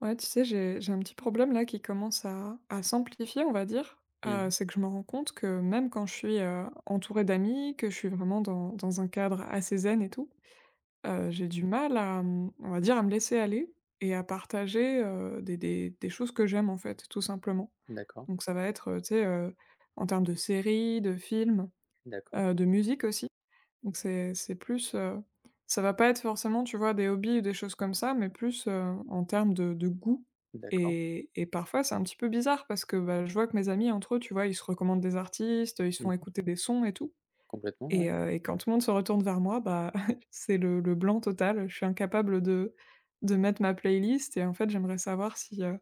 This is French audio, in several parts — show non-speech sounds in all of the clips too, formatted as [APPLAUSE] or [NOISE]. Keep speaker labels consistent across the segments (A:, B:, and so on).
A: Ouais, tu sais, j'ai un petit problème là qui commence à s'amplifier, on va dire.
B: Mmh
A: Euh,
B: mh.
A: c'est que je me rends compte que même quand je suis entourée d'amis, que je suis vraiment dans un cadre assez zen et tout, j'ai du mal à, on va dire, à me laisser aller et à partager des choses que j'aime en fait, tout simplement.
B: D'accord,
A: Donc ça va être, tu sais, en termes de séries, de films
B: d'accord,
A: de musique aussi. Donc c'est plus, ça va pas être forcément, tu vois, des hobbies ou des choses comme ça, mais plus, en termes de goût
B: d'accord.
A: et parfois c'est un petit peu bizarre parce que, bah, je vois que mes amis entre eux, tu vois, ils se recommandent des artistes, ils se
B: Mmh
A: font
B: mh.
A: écouter des sons et tout
B: Complètement, ouais.
A: et quand tout le monde se retourne vers moi, bah, [LAUGHS] c'est le blanc total. Je suis incapable de mettre ma playlist et en fait, j'aimerais savoir si, heu,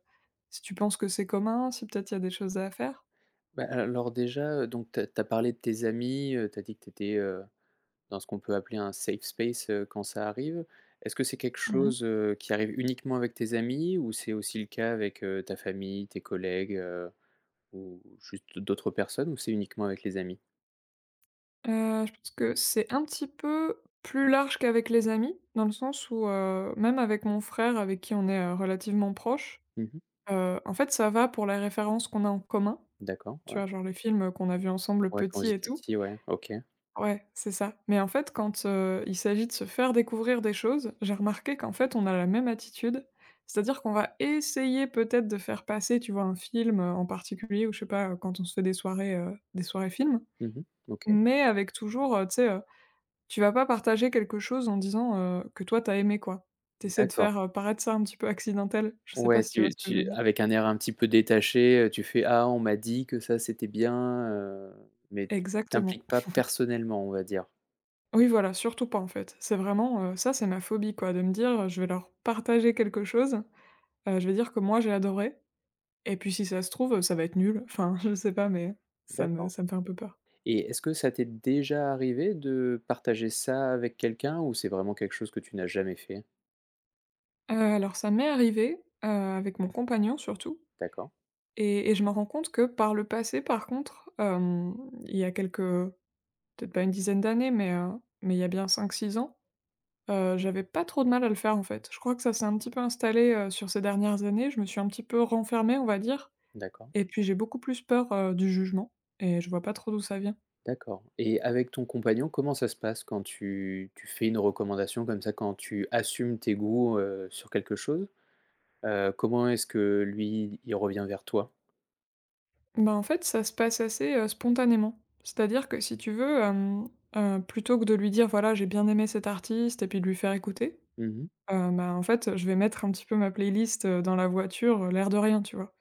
A: si tu penses que c'est commun. Si peut-être il y a des choses à faire?
B: Bah, alors déjà, donc tu as parlé de tes amis, tu as dit que tu étais, dans ce qu'on peut appeler un safe space, quand ça arrive. Est-ce que c'est quelque
A: Mmh.
B: chose, qui arrive uniquement avec tes amis ou c'est aussi le cas avec, ta famille, tes collègues, ou juste d'autres personnes ou c'est uniquement avec les amis?
A: Je pense que c'est un petit peu plus large qu'avec les amis, dans le sens où, même avec mon frère avec qui on est, relativement proche,
B: Mmh mh.
A: en fait, ça va pour les références qu'on a en commun,
B: D'accord,
A: tu
B: ouais.
A: vois? Genre les films, qu'on a vus ensemble
B: Ouais, quand
A: petits
B: vous
A: et
B: étiez
A: tout.
B: petits, ouais. OK.
A: Ouais, c'est ça. Mais en fait, quand, il s'agit de se faire découvrir des choses, j'ai remarqué qu'en fait, on a la même attitude. C'est-à-dire qu'on va essayer peut-être de faire passer, tu vois, un film, en particulier ou je sais pas, quand on se fait des soirées films,
B: Mmh mh. OK.
A: mais avec toujours, tu sais, tu vas pas partager quelque chose en disant, que toi t'as aimé quoi. T'essaies de
B: D'accord.
A: faire, paraître ça un petit peu accidentel. Je sais pas
B: Ouais,
A: si tu vois
B: tu
A: ce que je veux
B: tu
A: dire?
B: avec un air un petit peu détaché, tu fais: «Ah, on m'a dit que ça, c'était bien», heu, mais tu
A: Exactement.
B: t'impliques pas personnellement, on va dire.
A: Oui voilà, surtout pas en fait. C'est vraiment, ça c'est ma phobie quoi, de me dire, je vais leur partager quelque chose, je vais dire que moi j'ai adoré et puis si ça se trouve, ça va être nul. Enfin, [LAUGHS] je sais pas mais ça me
B: D'accord,
A: ça me fait un peu peur.
B: et est-ce que ça t'est déjà arrivé de partager ça avec quelqu'un ou c'est vraiment quelque chose que tu n'as jamais fait?
A: Alors ça m'est arrivé, avec mon compagnon surtout
B: D'accord,
A: et je me rends compte que par le passé par contre, il y a quelques Peut-être pas une dizaine d'années, mais il y a bien 5-6 ans, j'avais pas trop de mal à le faire, en fait. Je crois que ça s'est un petit peu installé, sur ces dernières années. Je me suis un petit peu renfermée, on va dire
B: d'accord,
A: et puis j'ai beaucoup plus peur, du jugement et je vois pas trop d'où ça vient.
B: d'accord, et avec ton compagnon, comment ça se passe quand tu fais une recommandation comme ça, quand tu assumes tes goûts, sur quelque chose? Comment est-ce que lui, il revient vers toi?
A: Bah, en fait, ça se passe assez, spontanément. C'est-à-dire que si tu veux, plutôt que de lui dire: «Voilà, j'ai bien aimé cet artiste» et puis de lui faire écouter,
B: Mmh.
A: bah, en fait, je vais mettre un petit peu ma playlist, dans la voiture, l'air de rien, tu vois?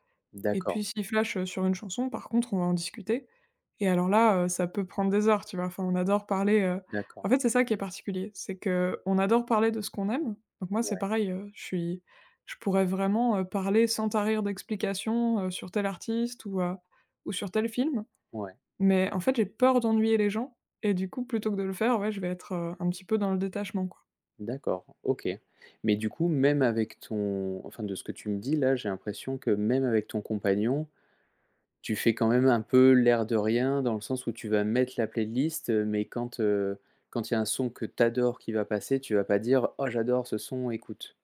A: Et
B: D'accord,
A: puis s'il flash, sur une chanson, par contre, on va en discuter et alors là, ça peut prendre des heures, tu vois? Enfin, on adore parler, en
B: d'accord.
A: fait, c'est ça qui est particulier, c'est que on adore parler de ce qu'on aime. Donc moi, c'est
B: Ouais,
A: pareil, je pourrais vraiment, parler sans tarir d'explications, sur tel artiste ou sur tel film.
B: ouais.
A: Mais en fait, j'ai peur d'ennuyer les gens et du coup, plutôt que de le faire, ouais, je vais être, un petit peu dans le détachement, quoi.
B: D'accord, OK. Mais du coup, même avec ton enfin, de ce que tu me dis là, j'ai l'impression que même avec ton compagnon, tu fais quand même un peu l'air de rien, dans le sens où tu vas mettre la playlist, mais quand il y a un son que t'adores qui va passer, tu vas pas dire: «Oh j'adore ce son, écoute».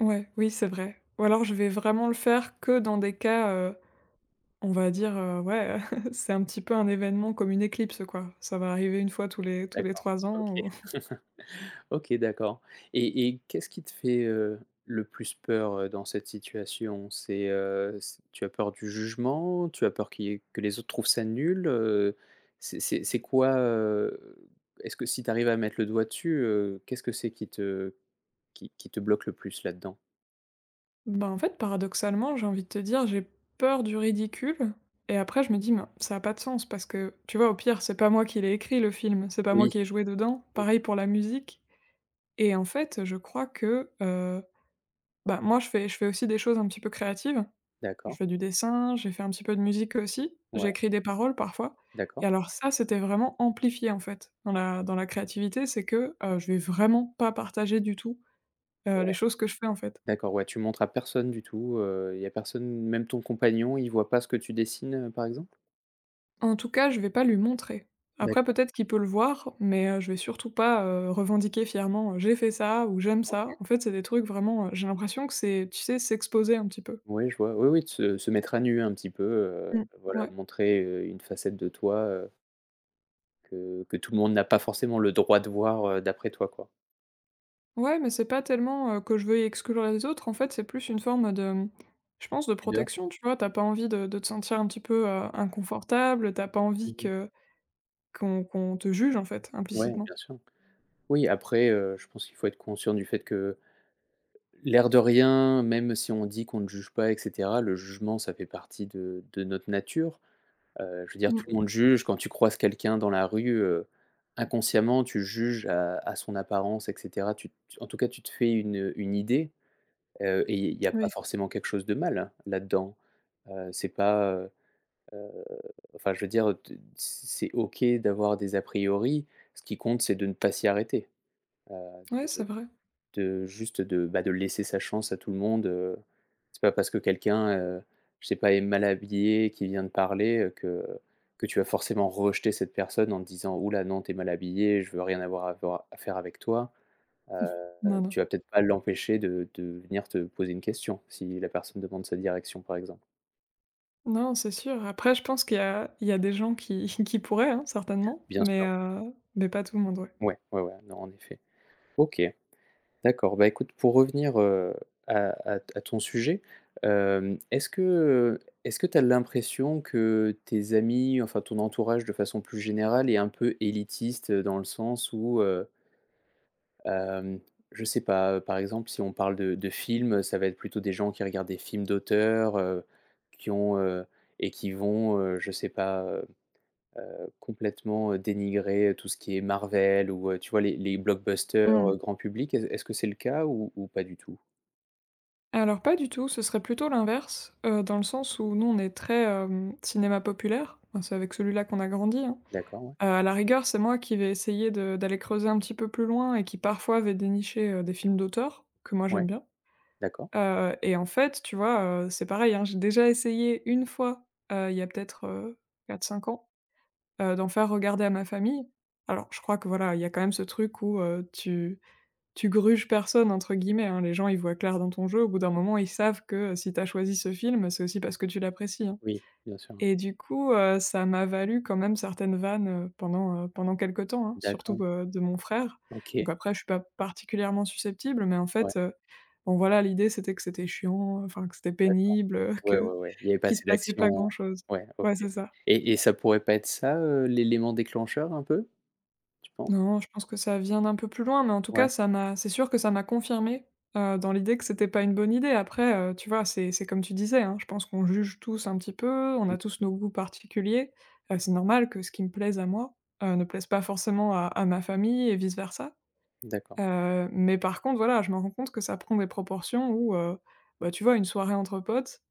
A: Ouais, oui, c'est vrai. Ou alors je vais vraiment le faire que dans des cas. On va dire, ouais, [LAUGHS] c'est un petit peu un événement comme une éclipse, quoi. Ça va arriver une fois tous les
B: D'accord,
A: 3 ans
B: OK.
A: ou
B: OK, d'accord, et qu'est-ce qui te fait, le plus peur, dans cette situation? C'est, c Tu as peur du jugement? Tu as peur qu'il y ait que les autres trouvent ça nul? C'est quoi, est-ce que si tu arrives à mettre le doigt dessus, qu'est-ce que c'est qui te bloque le plus là-dedans?
A: [LAUGHS] ben, en fait, paradoxalement, j'ai envie de te dire, j'ai peur du ridicule et après je me dis: «Mais ça a pas de sens» parce que, tu vois, au pire, c'est pas moi qui l'ai écrit le film, c'est pas moi
B: Oui.
A: qui ai joué dedans.
B: Mmh.
A: Pareil pour la musique et en fait, je crois que, bah, moi je fais aussi des choses un petit peu créatives. Je
B: D'accord.
A: fais du dessin, j'ai fait un petit peu de musique aussi, j'ai
B: Ouais.
A: écrit des paroles parfois et
B: D'accord.
A: alors ça, c'était vraiment amplifié, en fait, dans la créativité. C'est que, je vais vraiment pas partager du tout, les
B: Ouais.
A: choses que je fais, en fait.
B: D'accord, ouais, tu montres à personne du tout, il y a personne, même ton compagnon, il voit pas ce que tu dessines, par exemple?
A: En tout cas, je vais pas lui montrer. Après
B: D'accord,
A: peut-être qu'il peut le voir, mais, je vais surtout pas, revendiquer fièrement, «J'ai fait ça» ou «J'aime ça».
B: OK.
A: En fait, c'est des trucs vraiment, j'ai l'impression que c'est, tu sais, s'exposer un petit peu.
B: Oui, je vois. Oui, oui, de se mettre à nu un petit peu,
A: Mmh,
B: voilà,
A: ouais.
B: montrer, une facette de toi, que tout le monde n'a pas forcément le droit de voir, d'après toi, quoi.
A: Ouais, mais c'est pas tellement, que je veux exclure les autres, en fait, c'est plus une forme de, je pense, de
B: Pudeur?
A: protection, tu vois? T'as pas envie de te sentir un petit peu, inconfortable. T'as pas envie
B: Mmh.
A: que qu'on te juge, en fait,
B: Ouais,
A: implicitement.
B: bien sûr. Oui, après, je pense qu'il faut être conscient du fait que, l'air de rien, même si on dit qu'on ne juge pas et cetera, le jugement, ça fait partie de notre nature. Je veux dire, tout le
A: Mmh.
B: monde juge, quand tu croises quelqu'un dans la rue, inconsciemment, tu juges à son apparence et cetera. Tu en tout cas, tu te fais une idée. Et il n'y a pas
A: Oui.
B: forcément quelque chose de mal hein, là-dedans. C'est pas, heu, enfin, je veux dire, t c'est OK d'avoir des a priori. Ce qui compte, c'est de ne pas s'y arrêter. Heu,
A: Ouais, c'est vrai.
B: de juste de, bah, de laisser sa chance à tout le monde, c'est pas parce que quelqu'un, je sais pas, est mal habillé, qui vient de parler, que tu vas forcément rejeter cette personne en te disant: «Ouh là, non, tu mal habillé, je veux rien avoir à voir à faire avec toi».
A: Non, non.
B: Tu vas peut-être pas l'empêcher de venir te poser une question, si la personne demande sa direction, par exemple.
A: Non, c'est sûr. Après, je pense qu'il y a des gens qui [LAUGHS] qui pourraient, hein, certainement,
B: Bien
A: mais
B: sûr.
A: heu, mais pas tout le monde, ouais.
B: Ouais, ouais, ouais, non, en effet. OK, d'accord. Bah, écoute, pour revenir, à ton sujet, hem, est-ce que, est-ce que tu as l'impression que tes amis, enfin, ton entourage de façon plus générale est un peu élitiste, dans le sens où, Hem, je sais pas, par exemple, si on parle de films, ça va être plutôt des gens qui regardent des films d'auteurs, qui ont, heu et qui vont, je sais pas, complètement, dénigrer tout ce qui est Marvel ou, tu vois, les blockbusters,
A: Mmh.
B: grand public. Est-ce que c'est le cas ou pas du tout?
A: Alors pas du tout, ce serait plutôt l'inverse, dans le sens où nous, on est très, cinéma populaire, enfin, c'est avec celui-là qu'on a grandi, hein.
B: D'accord, ouais.
A: À la rigueur, c'est moi qui vais essayer de d'aller creuser un petit peu plus loin et qui parfois vais dénicher, des films d'auteur que moi j'aime
B: Ouais,
A: bien,
B: d'accord.
A: et en fait, tu vois, c'est pareil, hein, j'ai déjà essayé une fois, il y a peut-être, 4-5 ans, d'en faire regarder à ma famille. Alors je crois que voilà, il y a quand même ce truc où, tu «gruges personne» entre guillemets, hein. Les gens, ils voient clair dans ton jeu. Au bout d'un moment, ils savent que, si tu as choisi ce film, c'est aussi parce que tu l'apprécies, hein.
B: Oui, bien sûr, ouais.
A: Et du coup, ça m'a valu quand même certaines vannes, pendant quelque temps, hein, surtout,
B: D'accord.
A: de mon frère.
B: OK.
A: Donc après, je suis pas particulièrement susceptible, mais en
B: Ouais,
A: fait, bon voilà, l'idée c'était que c'était chiant, enfin que c'était
B: d'accord.
A: pénible, [LAUGHS]
B: Ouais,
A: que
B: ouais, ouais. Il y avait pas
A: qu'il se
B: assez
A: passait pas
B: d'action.
A: grand chose.
B: Ouais, OK,
A: Ouais, c'est ça.
B: et ça pourrait pas être ça, l'élément déclencheur un peu, tu penses?
A: Non, je pense que ça vient d'un peu plus loin, mais en tout
B: Ouais.
A: cas, ça m'a c'est sûr que ça m'a confirmé dans l'idée que c'était pas une bonne idée. Après, tu vois, c'est comme tu disais, hein, je pense qu'on juge tous un petit peu, on a tous nos goûts particuliers. C'est normal que ce qui me plaise à moi, ne plaise pas forcément à ma famille et vice versa.
B: D'accord.
A: Mais par contre, voilà, je me rends compte que ça prend des proportions où, bah, tu vois, une soirée entre potes,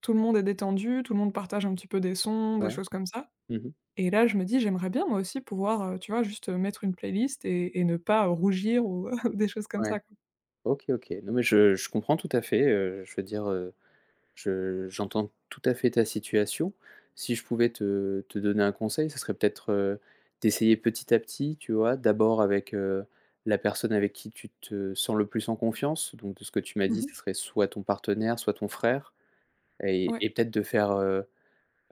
A: tout le monde est détendu, tout le monde partage un petit peu des sons, des
B: Ouais.
A: choses comme ça.
B: Mmh.
A: Et là, je me dis: «J'aimerais bien moi aussi pouvoir, tu vois, juste, mettre une playlist et ne pas rougir ou [LAUGHS] ou des choses comme
B: Ouais.
A: ça, quoi».
B: OK, OK. Non, mais je comprends tout à fait, je veux dire, je j'entends tout à fait ta situation. Si je pouvais te donner un conseil, ce serait peut-être, d'essayer petit à petit, tu vois? D'abord avec, la personne avec qui tu te sens le plus en confiance. Donc de ce que tu m'as
A: Mmh
B: dit, ce
A: mh.
B: serait soit ton partenaire, soit ton frère, et
A: Ouais,
B: et peut-être de faire,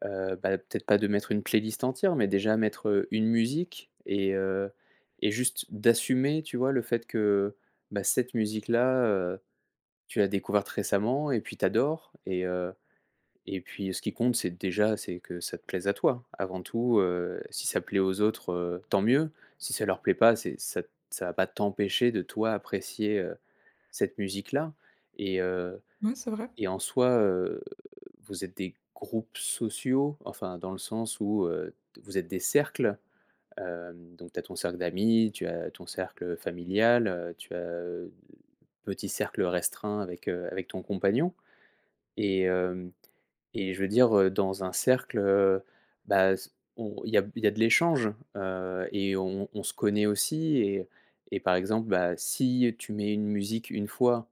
B: Bah, peut-être pas de mettre une playlist entière, mais déjà mettre, une musique et juste d'assumer, tu vois? Le fait que, bah, cette musique-là, tu l'as découverte récemment et puis t'adores. Et puis ce qui compte, c'est déjà, c'est que ça te plaise à toi. Avant tout, si ça plaît aux autres, tant mieux. Si ça leur plaît pas, c'est ça, ça va pas t'empêcher de toi apprécier, cette musique-là, et heu
A: ouais, c'est vrai.
B: et en soi, vous êtes des groupes sociaux? Enfin, dans le sens où, vous êtes des cercles? Donc tu as ton cercle d'amis, tu as ton cercle familial, tu as, petit cercle restreint avec, avec ton compagnon, et hem et je veux dire, dans un cercle, bah, s on il y a de l'échange, et on se connaît aussi, et par exemple, bah, si tu mets une musique une fois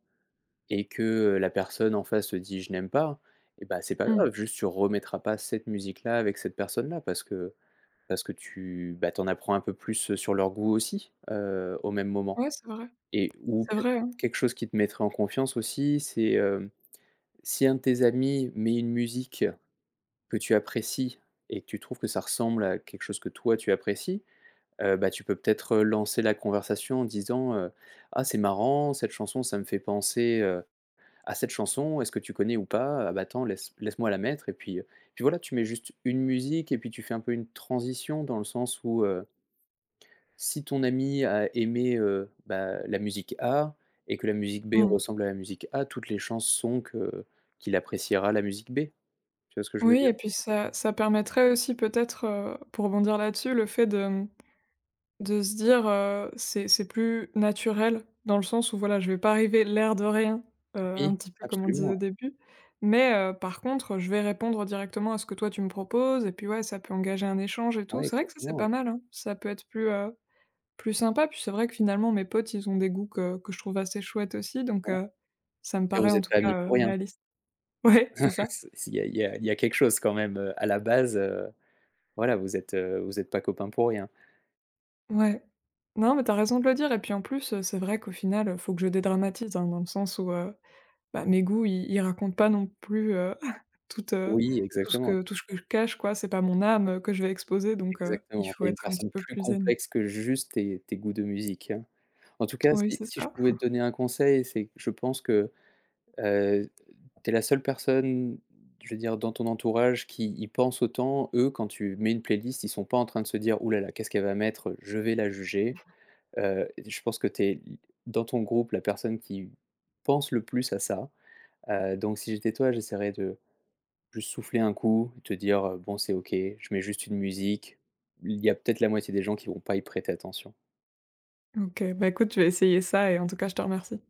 B: et que, la personne en face te dit: «Je n'aime pas», et bah, c'est pas
A: Mmh.
B: grave, juste tu remettras pas cette musique-là avec cette personne-là parce que tu bah, tu apprends un peu plus, sur leur goût aussi, au même moment,
A: Ouais, c'est vrai.
B: et ou
A: C'est
B: peut-être
A: vrai, hein.
B: quelque chose qui te mettrait en confiance aussi, c'est, si un de tes amis met une musique que tu apprécies et que tu trouves que ça ressemble à quelque chose que toi tu apprécies, bah, tu peux peut-être, lancer la conversation en disant, «Ah, c'est marrant, cette chanson ça me fait penser, à cette chanson, est-ce que tu connais ou pas? Ah bah attends, laisse-moi la mettre», et puis voilà, tu mets juste une musique et puis tu fais un peu une transition dans le sens où, si ton ami a aimé, bah, la musique A et que la musique B
A: Mmh.
B: ressemble à la musique A, toutes les chances sont que qu'il appréciera la musique B. Tu vois ce que je veux
A: Oui
B: dire?
A: et puis ça permettrait aussi peut-être, pour rebondir là-dessus, le fait de se dire, c'est plus naturel dans le sens où voilà, je vais pas arriver l'air de rien, un
B: Oui,
A: petit peu comme on
B: absolument,
A: disait
B: ouais.
A: au début, mais par contre, je vais répondre directement à ce que toi tu me proposes et puis ouais, ça peut engager un échange et tout.
B: Ouais,
A: C'est vrai que ça, c'est
B: exactement,
A: pas
B: ouais.
A: mal, hein. Ça peut être plus sympa, puis c'est vrai que finalement mes potes, ils ont des goûts que je trouve assez chouettes aussi, donc
B: Voilà,
A: ça me
B: dire
A: paraît
B: vous
A: en
B: êtes
A: tout
B: pas amis
A: cas,
B: pour rien.
A: réaliste. [LAUGHS] Ouais, c'est ça.
B: [LAUGHS] C'est il y a il y a il y a quelque chose quand même, à la base, voilà, vous êtes pas copains pour rien.
A: Ouais. Non, mais t'as raison de le dire et puis en plus, c'est vrai qu'au final, faut que je dédramatise, hein, dans le sens où, bah, mes goûts, ils racontent pas non plus, [LAUGHS] toute,
B: Oui,
A: tout ce
B: exactement.
A: que tout ce que je cache, quoi. C'est pas mon âme, que je vais exposer, donc il
B: Exactement,
A: faut
B: tu es une
A: être un petit
B: personne
A: peu
B: plus
A: plus zen.
B: complexe que juste tes goûts de musique, hein. En tout cas,
A: Oui,
B: si
A: c'est
B: si je
A: ça.
B: pouvais te donner un conseil, c'est que je pense que, heu, tu es la seule personne, je veux dire, dans ton entourage qui y pense autant. Eux, quand tu mets une playlist, ils sont pas en train de se dire: «Ouh là là, qu'est-ce qu'elle va mettre? Je vais la juger». Je pense que tu es dans ton groupe la personne qui pense le plus à ça. Donc si j'étais toi, j'essaierais de juste souffler un coup et te dire, «Bon, c'est OK, je mets juste une musique». Il y a peut-être la moitié des gens qui vont pas y prêter attention.
A: OK, bah, écoute, je vais essayer ça et en tout cas, je te remercie.